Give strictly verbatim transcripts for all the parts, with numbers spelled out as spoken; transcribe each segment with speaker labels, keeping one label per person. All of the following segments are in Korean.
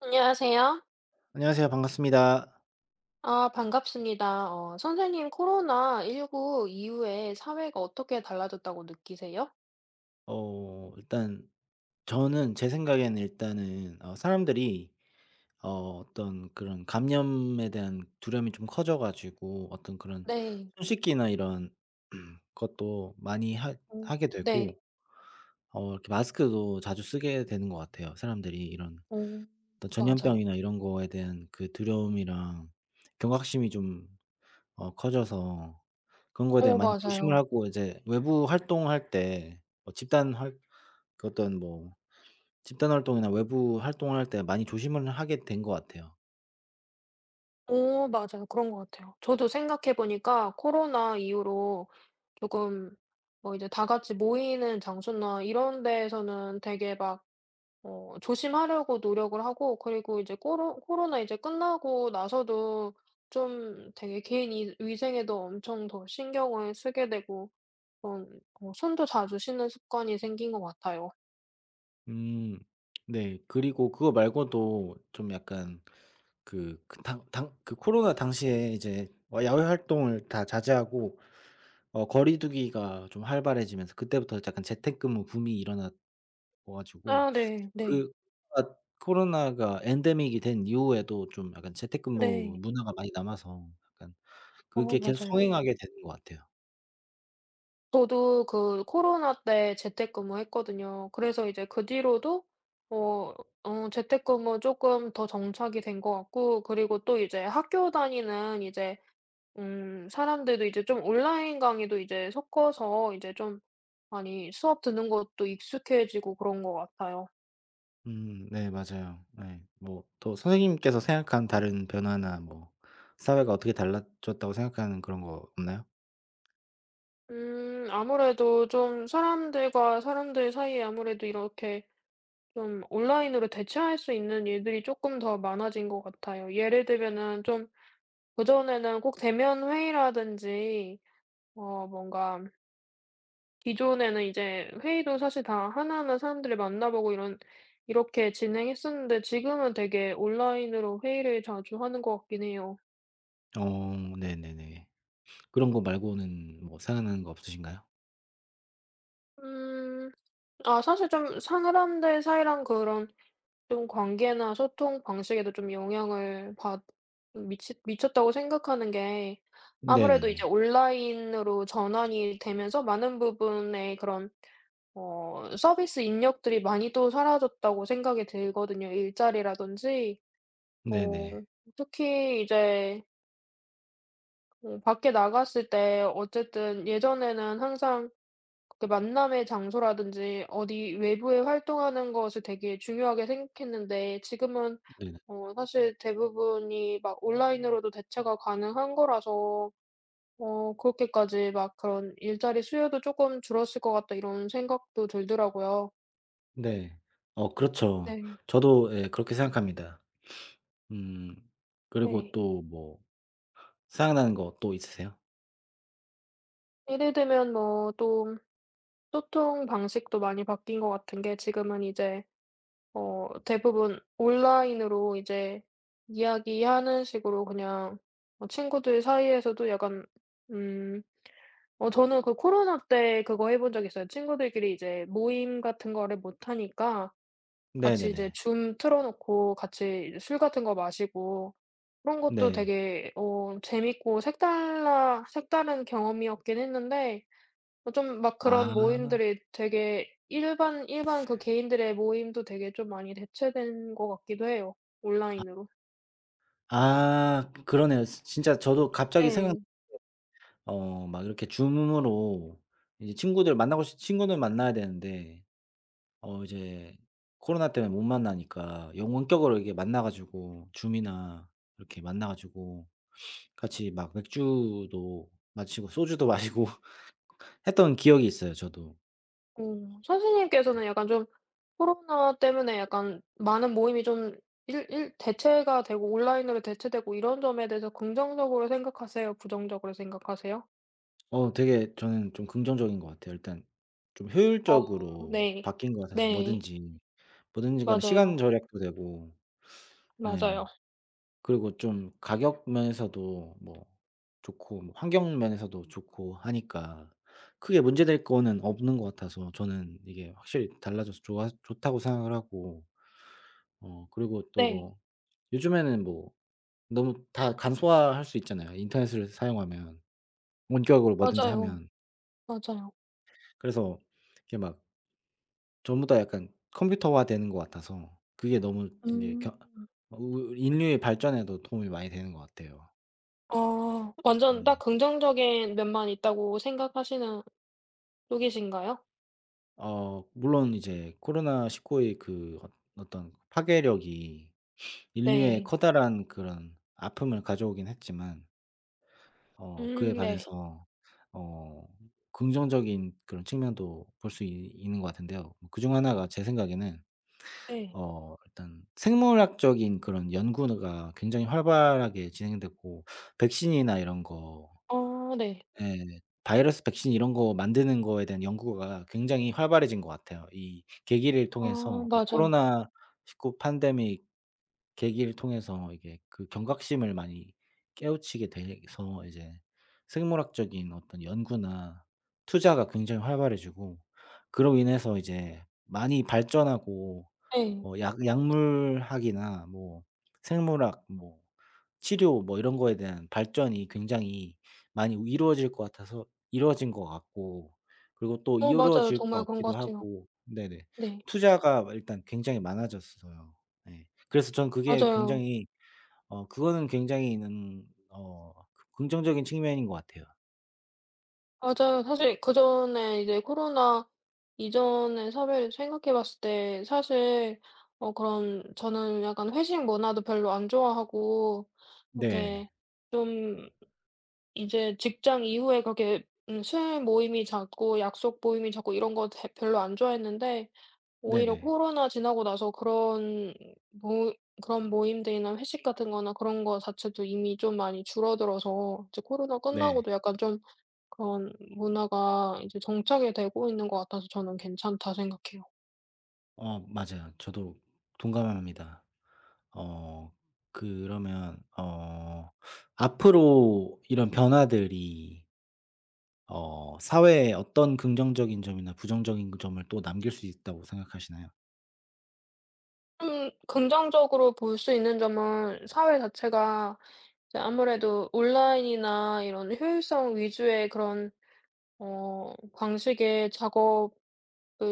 Speaker 1: 안녕하세요.
Speaker 2: 안녕하세요. 반갑습니다.
Speaker 1: 아, 반갑습니다. 어, 선생님, 코로나십구 이후에 사회가 어떻게 달라졌다고 느끼세요?
Speaker 2: 어 일단 저는 제 생각에는 일단은 어 사람들이 어 어떤 그런 감염에 대한 두려움이 좀 커져 가지고 어떤 그런
Speaker 1: 네.
Speaker 2: 손 씻기나 이런 것도 많이 하
Speaker 1: 어,
Speaker 2: 하게
Speaker 1: 네.
Speaker 2: 되고 어 이렇게 마스크도 자주 쓰게 되는 것 같아요. 사람들이 이런
Speaker 1: 어,
Speaker 2: 어떤
Speaker 1: 맞아요.
Speaker 2: 전염병이나 이런 거에 대한 그 두려움이랑 경각심이 좀 어 커져서 그런 거에 대한
Speaker 1: 어,
Speaker 2: 많이 조심을
Speaker 1: 맞아요.
Speaker 2: 하고, 이제 외부 활동할 때 뭐 집단 활 그 어떤 뭐 집단 활동이나 외부 활동을 할 때 많이 조심을 하게 된 것 같아요.
Speaker 1: 어, 맞아요. 그런 것 같아요. 저도 생각해 보니까 코로나 이후로 조금 뭐 이제 다 같이 모이는 장소나 이런 데에서는 되게 막 어 조심하려고 노력을 하고, 그리고 이제 코로 코로나 이제 끝나고 나서도 좀 되게 개인 이 위생에도 엄청 더 신경을 쓰게 되고, 그런 어 손도 자주 씻는 습관이 생긴 것 같아요.
Speaker 2: 음. 네. 그리고 그거 말고도 좀 약간 그 그 당 당 그 코로나 당시에 이제 어 야외 활동을 다 자제하고 어 거리두기가 좀 활발해지면서, 그때부터 약간 재택근무 붐이 일어나 가지고
Speaker 1: 아 네. 네.
Speaker 2: 그 코로나 코로나가 엔데믹이 된 이후에도 좀 약간 재택근무
Speaker 1: 네.
Speaker 2: 문화가 많이 남아서, 약간
Speaker 1: 어
Speaker 2: 그게 계속
Speaker 1: 맞아요.
Speaker 2: 성행하게 되는 것 같아요.
Speaker 1: 저도 그 코로나 때 재택근무했거든요. 그래서 이제 그 뒤로도 어 어 재택근무 조금 더 정착이 된 것 같고, 그리고 또 이제 학교 다니는 이제 음 사람들도 이제 좀 온라인 강의도 이제 섞어서 이제 좀 많이 수업 듣는 것도 익숙해지고 그런 것 같아요.
Speaker 2: 음네, 맞아요. 네, 뭐 또 선생님께서 생각한 다른 변화나 뭐 사회가 어떻게 달라졌다고 생각하는 그런 거 없나요?
Speaker 1: 음 아무래도 좀 사람들과 사람들 사이에 아무래도 이렇게 좀 온라인으로 대체할 수 있는 일들이 조금 더 많아진 것 같아요. 예를 들면은 좀 그전에는 꼭 대면 회의라든지 어 뭔가 기존에는 이제 회의도 사실 다 하나하나 사람들을 만나보고 이런 이렇게 진행했었는데, 지금은 되게 온라인으로 회의를 자주 하는 것 같긴 해요.
Speaker 2: 어 네네네. 그런 거 말고는 뭐 생각나는 거 없으신가요?
Speaker 1: 음. 아 사실 좀 사람들 사이랑 그런 좀 관계나 소통 방식에도 좀 영향을 받 미치 미쳤다고 생각하는 게, 아무래도 이제
Speaker 2: 네네네.
Speaker 1: 온라인으로 전환이 되면서 많은 부분의 그런 어 서비스 인력들이 많이 또 사라졌다고 생각이 들거든요, 일자리라든지. 어
Speaker 2: 네네.
Speaker 1: 특히 이제 어 밖에 나갔을 때, 어쨌든 예전에는 항상 그 만남의 장소라든지 어디 외부에 활동하는 것을 되게 중요하게 생각했는데, 지금은
Speaker 2: 네네.
Speaker 1: 어 사실 대부분이 막 온라인으로도 대체가 가능한 거라서 어 그렇게까지 막 그런 '일자리 수요도 조금 줄었을 것 같다.' 이런 생각도 들더라고요.
Speaker 2: 네. 어 그렇죠.
Speaker 1: 네.
Speaker 2: 저도 예 그렇게 생각합니다. 음 그리고
Speaker 1: 네.
Speaker 2: 또 뭐 생각나는 거 또 있으세요?
Speaker 1: 예를 들면 뭐 또 소통 방식도 많이 바뀐 것 같은 게, 지금은 이제 어 대부분 온라인으로 이제 이야기하는 식으로, 그냥 어 친구들 사이에서도 약간 음 어 저는 그 코로나 때 그거 해본 적이 있어요. 친구들끼리 이제 모임 같은 거를 못 하니까 같이 이제
Speaker 2: 네네네.
Speaker 1: 줌 틀어 놓고 같이 이제 술 같은 거 마시고 그런 것도
Speaker 2: 네.
Speaker 1: 되게 어 재밌고 색달라 색다른 경험이었긴 했는데, 어 좀 막 그런
Speaker 2: 아.
Speaker 1: 모임들이 되게 일반 일반 그 개인들의 모임도 되게 좀 많이 대체된 것 같기도 해요, 온라인으로.
Speaker 2: 아, 그러네요. 진짜 저도 갑자기 생각.
Speaker 1: 네.
Speaker 2: 어 막 이렇게 줌으로 이제 친구들 만나고 싶 친구는 만나야 되는데 어 이제 코로나 때문에 못 만나니까, 영 원격으로 이렇게 만나 가지고, 줌이나 이렇게 만나 가지고 같이 막 맥주도 마시고 소주도 마시고 했던 기억이 있어요, 저도.
Speaker 1: 어 선생님께서는 약간 좀 코로나 때문에 약간 많은 모임이 좀 일 일 대체가 되고 온라인으로 대체되고 이런 점에 대해서 긍정적으로 생각하세요? 부정적으로 생각하세요?
Speaker 2: 어 되게 저는 좀 긍정적인 것 같아요. 일단 좀
Speaker 1: 아
Speaker 2: 효율적으로
Speaker 1: 네.
Speaker 2: 바뀐 것 같아서,
Speaker 1: 네.
Speaker 2: 뭐든지, 뭐든지 간에 시간
Speaker 1: 맞아요.
Speaker 2: 절약도 되고.
Speaker 1: 맞아요.
Speaker 2: 예. 그리고 좀 가격 면에서도 뭐 좋고, 뭐 환경 면에서도 좋고 하니까 크게 문제될 거는 없는 것 같아서, 저는 이게 확실히 달라져서 좋아 좋다고 생각을 하고, 어 그리고 또
Speaker 1: 네.
Speaker 2: 뭐 요즘에는 뭐 너무 다 간소화할 수 있잖아요, 인터넷을 사용하면. 원격으로 뭐든지
Speaker 1: 맞아요.
Speaker 2: 하면.
Speaker 1: 맞아요.
Speaker 2: 그래서 이게 막 전부 다 약간 컴퓨터화되는 것 같아서, 그게 너무 이게
Speaker 1: 음.
Speaker 2: 겨 우- 인류의 발전에도 도움이 많이 되는 것 같아요.
Speaker 1: 어 완전 딱
Speaker 2: 네.
Speaker 1: 긍정적인 면만 있다고 생각하시는 쪽이신가요?
Speaker 2: 어 물론 이제 코로나십구의 그 어 어떤 파괴력이 인류의
Speaker 1: 네.
Speaker 2: 커다란 그런 아픔을 가져오긴 했지만, 어 그에
Speaker 1: 음 네.
Speaker 2: 반해서 어 긍정적인 그런 측면도 볼 수 있 있는 것 같은데요. 그중 하나가 제 생각에는
Speaker 1: 네.
Speaker 2: 어 일단 생물학적인 그런 연구가 굉장히 활발하게 진행됐고, 백신이나 이런 거
Speaker 1: 어 네.
Speaker 2: 예. 바이러스 백신 이런 거 만드는 거에 대한 연구가 굉장히 활발해진 것 같아요. 이 계기를
Speaker 1: 아
Speaker 2: 통해서, 이
Speaker 1: 맞아요.
Speaker 2: 코로나십구 팬데믹 계기를 통해서 이게 그 경각심을 많이 깨우치게 돼서, 이제 생물학적인 어떤 연구나 투자가 굉장히 활발해지고, 그로 인해서 이제 많이 발전하고,
Speaker 1: 네.
Speaker 2: 어 약 약물학이나 뭐 생물학 뭐 치료 뭐 이런 거에 대한 발전이 굉장히 많이 이루어질 것 같아서, 이루어진 것 같고, 그리고 또
Speaker 1: 어 맞아요.
Speaker 2: 이루어질
Speaker 1: 정말
Speaker 2: 것
Speaker 1: 그런
Speaker 2: 같기도
Speaker 1: 것 같아요.
Speaker 2: 하고. 네네.
Speaker 1: 네.
Speaker 2: 투자가 일단 굉장히 많아졌어요. 네. 그래서 저는 그게
Speaker 1: 맞아요.
Speaker 2: 굉장히, 어 그거는 굉장히 는어 그 긍정적인 측면인 것 같아요.
Speaker 1: 맞아요. 사실 그전에 이제 코로나 이전의 사회를 생각해 봤을 때 사실 어 그런, 저는 약간 회식 문화도 별로 안 좋아하고, 이렇게
Speaker 2: 네.
Speaker 1: 좀 이제 직장 이후에 그렇게 음 술 모임이 잦고 약속 모임이 잦고 이런 거 대 별로 안 좋아했는데, 오히려
Speaker 2: 네네.
Speaker 1: 코로나 지나고 나서 그런 모 그런 모임들이나 회식 같은 거나 그런 거 자체도 이미 좀 많이 줄어들어서, 이제 코로나
Speaker 2: 네.
Speaker 1: 끝나고도 약간 좀 그런 문화가 이제 정착이 되고 있는 것 같아서 저는 괜찮다 생각해요.
Speaker 2: 어 맞아요. 저도 동감합니다. 어 그러면 어 앞으로 이런 변화들이 어 사회에 어떤 긍정적인 점이나 부정적인 그 점을 또 남길 수 있다고 생각하시나요?
Speaker 1: 좀 긍정적으로 볼 수 있는 점은 사회 자체가 이제 아무래도 온라인이나 이런 효율성 위주의 그런 어 광식의 작업을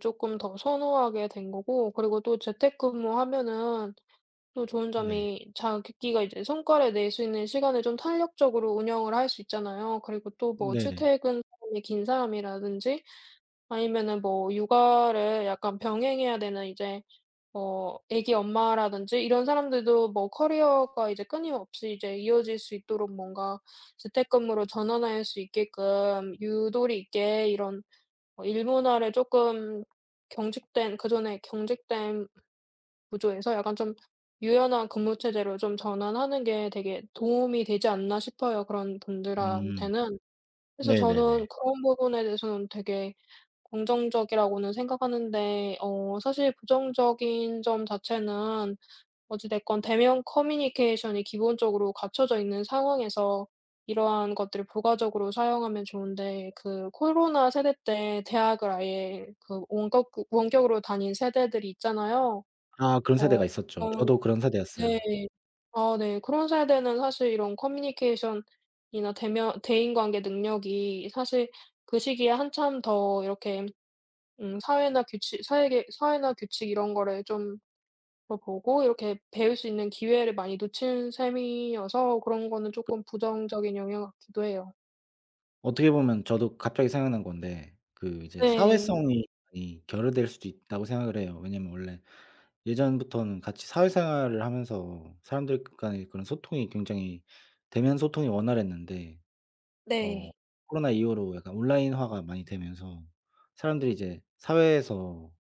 Speaker 1: 조금 더 선호하게 된 거고, 그리고 또 재택근무하면은 또 좋은
Speaker 2: 네.
Speaker 1: 점이 자기가 이제 성과를 낼 수 있는 시간을 좀 탄력적으로 운영을 할 수 있잖아요. 그리고 또 뭐
Speaker 2: 네네.
Speaker 1: 출퇴근 시간이 긴 사람이라든지 아니면은 뭐 육아를 약간 병행해야 되는 이제 어 아기 엄마라든지 이런 사람들도 뭐 커리어가 이제 끊임없이 이제 이어질 수 있도록, 뭔가 재택근무로 전환할 수 있게끔 유도리 있게 이런 어 일본화를 쪼끔, 경직된 그전에 경직된 구조에서 약간 좀 유연한 근무 체제로 좀 전환하는 게 되게 도움이 되지 않나 싶어요, 그런
Speaker 2: 음.
Speaker 1: 분들한테는. 그래서 저는
Speaker 2: 네네네.
Speaker 1: 그런 부분에 대해서는 되게 긍정적이라고는 생각하는데, 어 사실 부정적인 점 자체는, 어찌 됐건 대면 커뮤니케이션이 기본적으로 갖춰져 있는 상황에서 이러한 것들을 부가적으로 사용하면 좋은데, 그 코로나 세대 때 대학을 아예 그 원격 원격으로 다닌 세대들이 있잖아요.
Speaker 2: 아, 그런
Speaker 1: 어
Speaker 2: 세대가 있었죠.
Speaker 1: 그런
Speaker 2: 저도 그런 세대였어요.
Speaker 1: 네. 아 네. 그런 세대는 사실 이런 커뮤니케이션이나 대면 대인관계 능력이 사실 그 시기에 한참 더 이렇게 음 사회나 규칙 사회계 사회나 규칙 이런 거를 좀 걸 보고 이렇게 배울 수 있는 기회를 많이 놓친 셈이어서, 그런 거는 쪼끔 부정적인 영향 같기도 해요.
Speaker 2: 어떻게 보면 저도 갑자기 생각난 건데, 그 이제
Speaker 1: 네.
Speaker 2: 사회성이 많이 결여될 수도 있다고 생각을 해요. 왜냐면 원래 예전부터는 같이 사회생활을 하면서 사람들 간의 그런 소통이 굉장히 대면 소통이 원활했는데, 어
Speaker 1: 네.
Speaker 2: 코로나 이후로 약간 온라인화가 많이 되면서 사람들이 이제 사회에서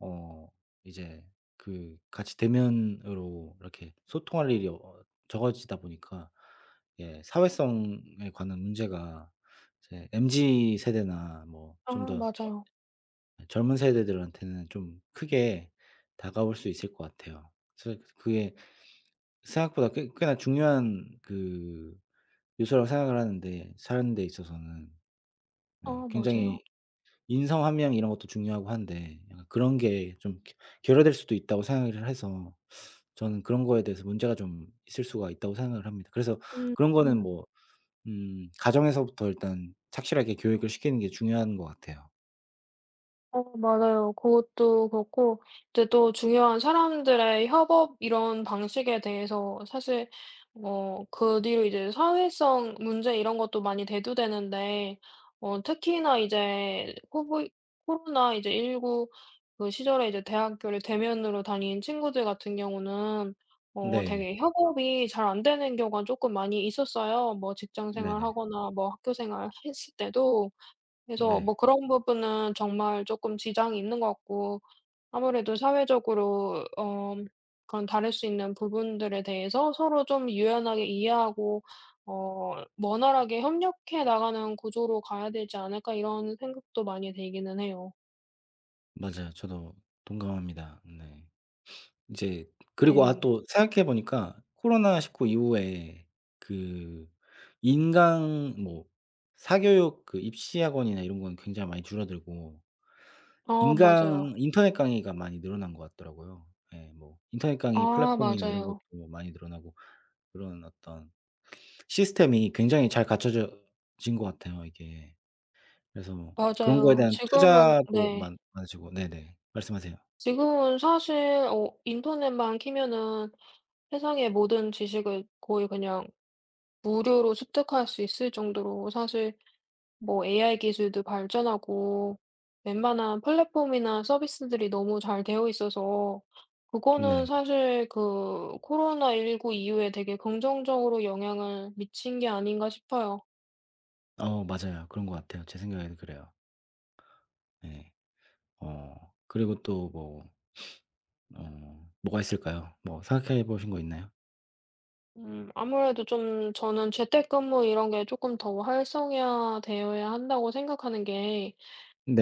Speaker 2: 어 이제 그 같이 대면으로 이렇게 소통할 일이 어 적어지다 보니까, 예 사회성에 관한 문제가 이제 엠제트 세대나 뭐
Speaker 1: 아
Speaker 2: 좀 더 젊
Speaker 1: 맞아요.
Speaker 2: 젊은 세대들한테는 좀 크게 다가올 수 있을 것 같아요. 그래서 그게 생각보다 꽤 꽤나 중요한 그 요소라고 생각을 하는데, 사는 데 있어서는
Speaker 1: 아
Speaker 2: 예
Speaker 1: 맞아요.
Speaker 2: 굉장히 인성 함명 이런 것도 중요하고 한데, 약간 그런 게 좀 겨 결여될 수도 있다고 생각을 해서, 저는 그런 거에 대해서 문제가 좀 있을 수가 있다고 생각을 합니다. 그래서
Speaker 1: 음.
Speaker 2: 그런 거는 뭐 음 가정에서부터 일단 착실하게 교육을 시키는 게 중요한 것 같아요.
Speaker 1: 어 맞아요. 그것도 그렇고 이제 또 중요한 사람들의 협업 이런 방식에 대해서 사실 어 그 뒤로 이제 사회성 문제 이런 것도 많이 대두되는데, 어 특히나 이제 코보 코로나 이제 십구 그 시절에 이제 대학교를 대면으로 다닌 친구들 같은 경우는 어
Speaker 2: 네.
Speaker 1: 되게 협업이 잘 안 되는 경우가 조금 많이 있었어요. 뭐 직장
Speaker 2: 네네.
Speaker 1: 생활하거나 뭐 학교 생활 했을 때도. 그래서 뭐
Speaker 2: 네.
Speaker 1: 그런 부분은 정말 조금 지장이 있는 것 같고, 아무래도 사회적으로 어 그런 다를 수 있는 부분들에 대해서 서로 좀 유연하게 이해하고 어 원활하게 협력해 나가는 구조로 가야 되지 않을까, 이런 생각도 많이 들기는 해요.
Speaker 2: 맞아요. 저도 동감합니다. 네. 이제, 그리고 아,
Speaker 1: 네.
Speaker 2: 또 생각해 보니까 코로나십구 이후에 그 인강 뭐 사교육 그 입시 학원이나 이런 건 굉장히 많이 줄어들고,
Speaker 1: 아 맞아요.
Speaker 2: 인강 인터넷 강의가 많이 늘어난 것 같더라고요. 예, 뭐 인터넷 강의
Speaker 1: 아
Speaker 2: 플랫폼이나 이런
Speaker 1: 맞아요.
Speaker 2: 것도 많이 늘어나고, 그런 어떤 시스템이 굉장히 잘 갖춰져 진 것 같아요, 이게. 그래서 그런 거에
Speaker 1: 맞아요.
Speaker 2: 대한
Speaker 1: 지금은
Speaker 2: 투자도
Speaker 1: 네.
Speaker 2: 많 많아지고. 네네. 말씀하세요.
Speaker 1: 지금은 사실 어 인터넷만 키면은 세상의 모든 지식을 거의 그냥 무료로 습득할 수 있을 정도로, 사실 뭐 에이아이 기술도 발전하고 웬만한 플랫폼이나 서비스들이 너무 잘 되어 있어서, 그거는
Speaker 2: 네.
Speaker 1: 사실 그 코로나십구 이후에 되게 긍정적으로 영향을 미친 게 아닌가 싶어요.
Speaker 2: 어 맞아요. 그런 것 같아요. 제 생각에도 그래요. 예. 어 그리고 또 뭐, 어 뭐가 있을까요? 뭐 생각해 보신 거 있나요?
Speaker 1: 음 아무래도 좀 저는 재택근무 이런 게 조금 더 활성화되어야 한다고 생각하는 게,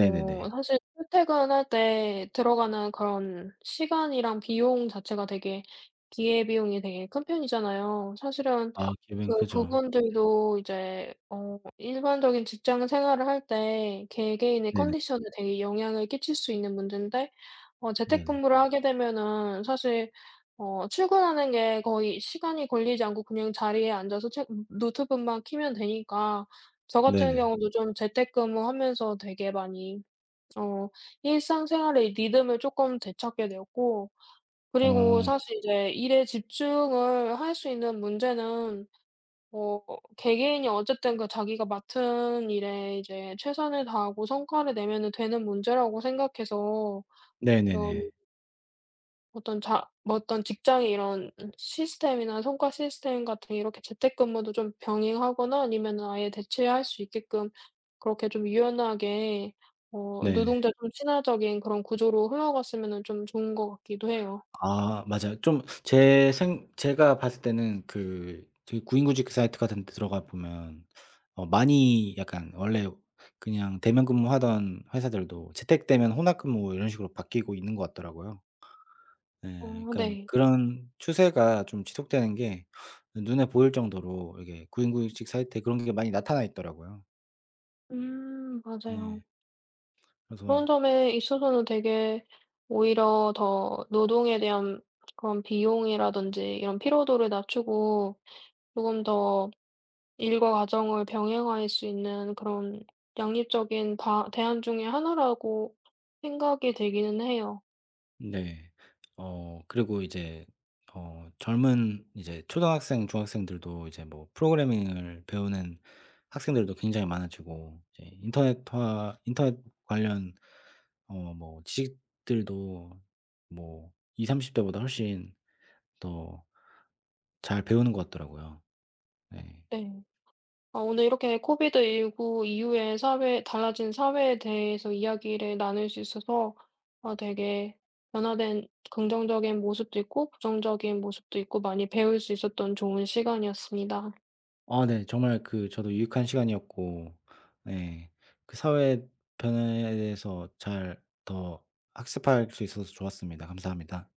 Speaker 1: 어 사실 출퇴근할 때 들어가는 그런 시간이랑 비용 자체가 되게 기회 비용이 되게 큰 편이잖아요, 사실은.
Speaker 2: 아, 기업은
Speaker 1: 그
Speaker 2: 크죠.
Speaker 1: 부분들도 이제 어 일반적인 직장 생활을 할 때 개개인의
Speaker 2: 네네.
Speaker 1: 컨디션에 되게 영향을 끼칠 수 있는 문제인데, 어
Speaker 2: 네네.
Speaker 1: 재택근무를 하게 되면은 사실 어 출근하는 게 거의 시간이 걸리지 않고 그냥 자리에 앉아서 책 노트북만 켜면 되니까, 저 같은
Speaker 2: 네네.
Speaker 1: 경우도 좀 재택근무하면서 되게 많이 어 일상생활의 리듬을 조금 되찾게 되었고, 그리고
Speaker 2: 어
Speaker 1: 사실 이제 일에 집중을 할 수 있는 문제는 어 개개인이 어쨌든 그 자기가 맡은 일에 이제 최선을 다하고 성과를 내면은 되는 문제라고 생각해서,
Speaker 2: 네네네.
Speaker 1: 어떤 자 뭐 어떤 직장의 이런 시스템이나 성과 시스템 같은, 이렇게 재택근무도 좀 병행하거나 아니면은 아예 대체할 수 있게끔 그렇게 좀 유연하게, 어
Speaker 2: 네네.
Speaker 1: 노동자 좀 친화적인 그런 구조로 흘러갔으면은 좀 좋은 것 같기도 해요.
Speaker 2: 아, 맞아요. 좀 제 생 제가 봤을 때는 그 되게 구인구직 그 사이트 같은 데 들어가 보면, 어 많이 약간 원래 그냥 대면 근무하던 회사들도 재택 되면 혼합 근무 이런 식으로 바뀌고 있는 것 같더라고요. 예.
Speaker 1: 어
Speaker 2: 그러니까
Speaker 1: 네.
Speaker 2: 그런 추세가 좀 지속되는 게 눈에 보일 정도로 이게 구인구인식 사이트에 그런 게 많이 나타나 있더라고요.
Speaker 1: 음 맞아요.
Speaker 2: 예. 그래서
Speaker 1: 그런 점에 있어서는 되게 오히려 더 노동에 대한 그런 비용이라든지 이런 피로도를 낮추고 조금 더 일과 가정을 병행할 수 있는 그런 양립적인 다 대안 중에 하나라고 생각이 되기는 해요.
Speaker 2: 네. 어 그리고 이제 어 젊은, 이제 초등학생, 중학생들도 이제 뭐 프로그래밍을 배우는 학생들도 굉장히 많아지고, 이제 인터넷화 인터넷 관련 어 뭐 지식들도 뭐이삼3 십 대보다 훨씬 더 잘 배우는 것 같더라고요. 네.
Speaker 1: 네. 아 오늘 이렇게 코비드-십구 이후에 사회 달라진 사회에 대해서 이야기를 나눌 수 있어서, 아 되게 변화된 긍정적인 모습도 있고 부정적인 모습도 있고 많이 배울 수 있었던 좋은 시간이었습니다.
Speaker 2: 아, 네. 정말 그 저도 유익한 시간이었고, 예 그 사회 변화에 대해서 잘 더 학습할 수 있어서 좋았습니다. 감사합니다.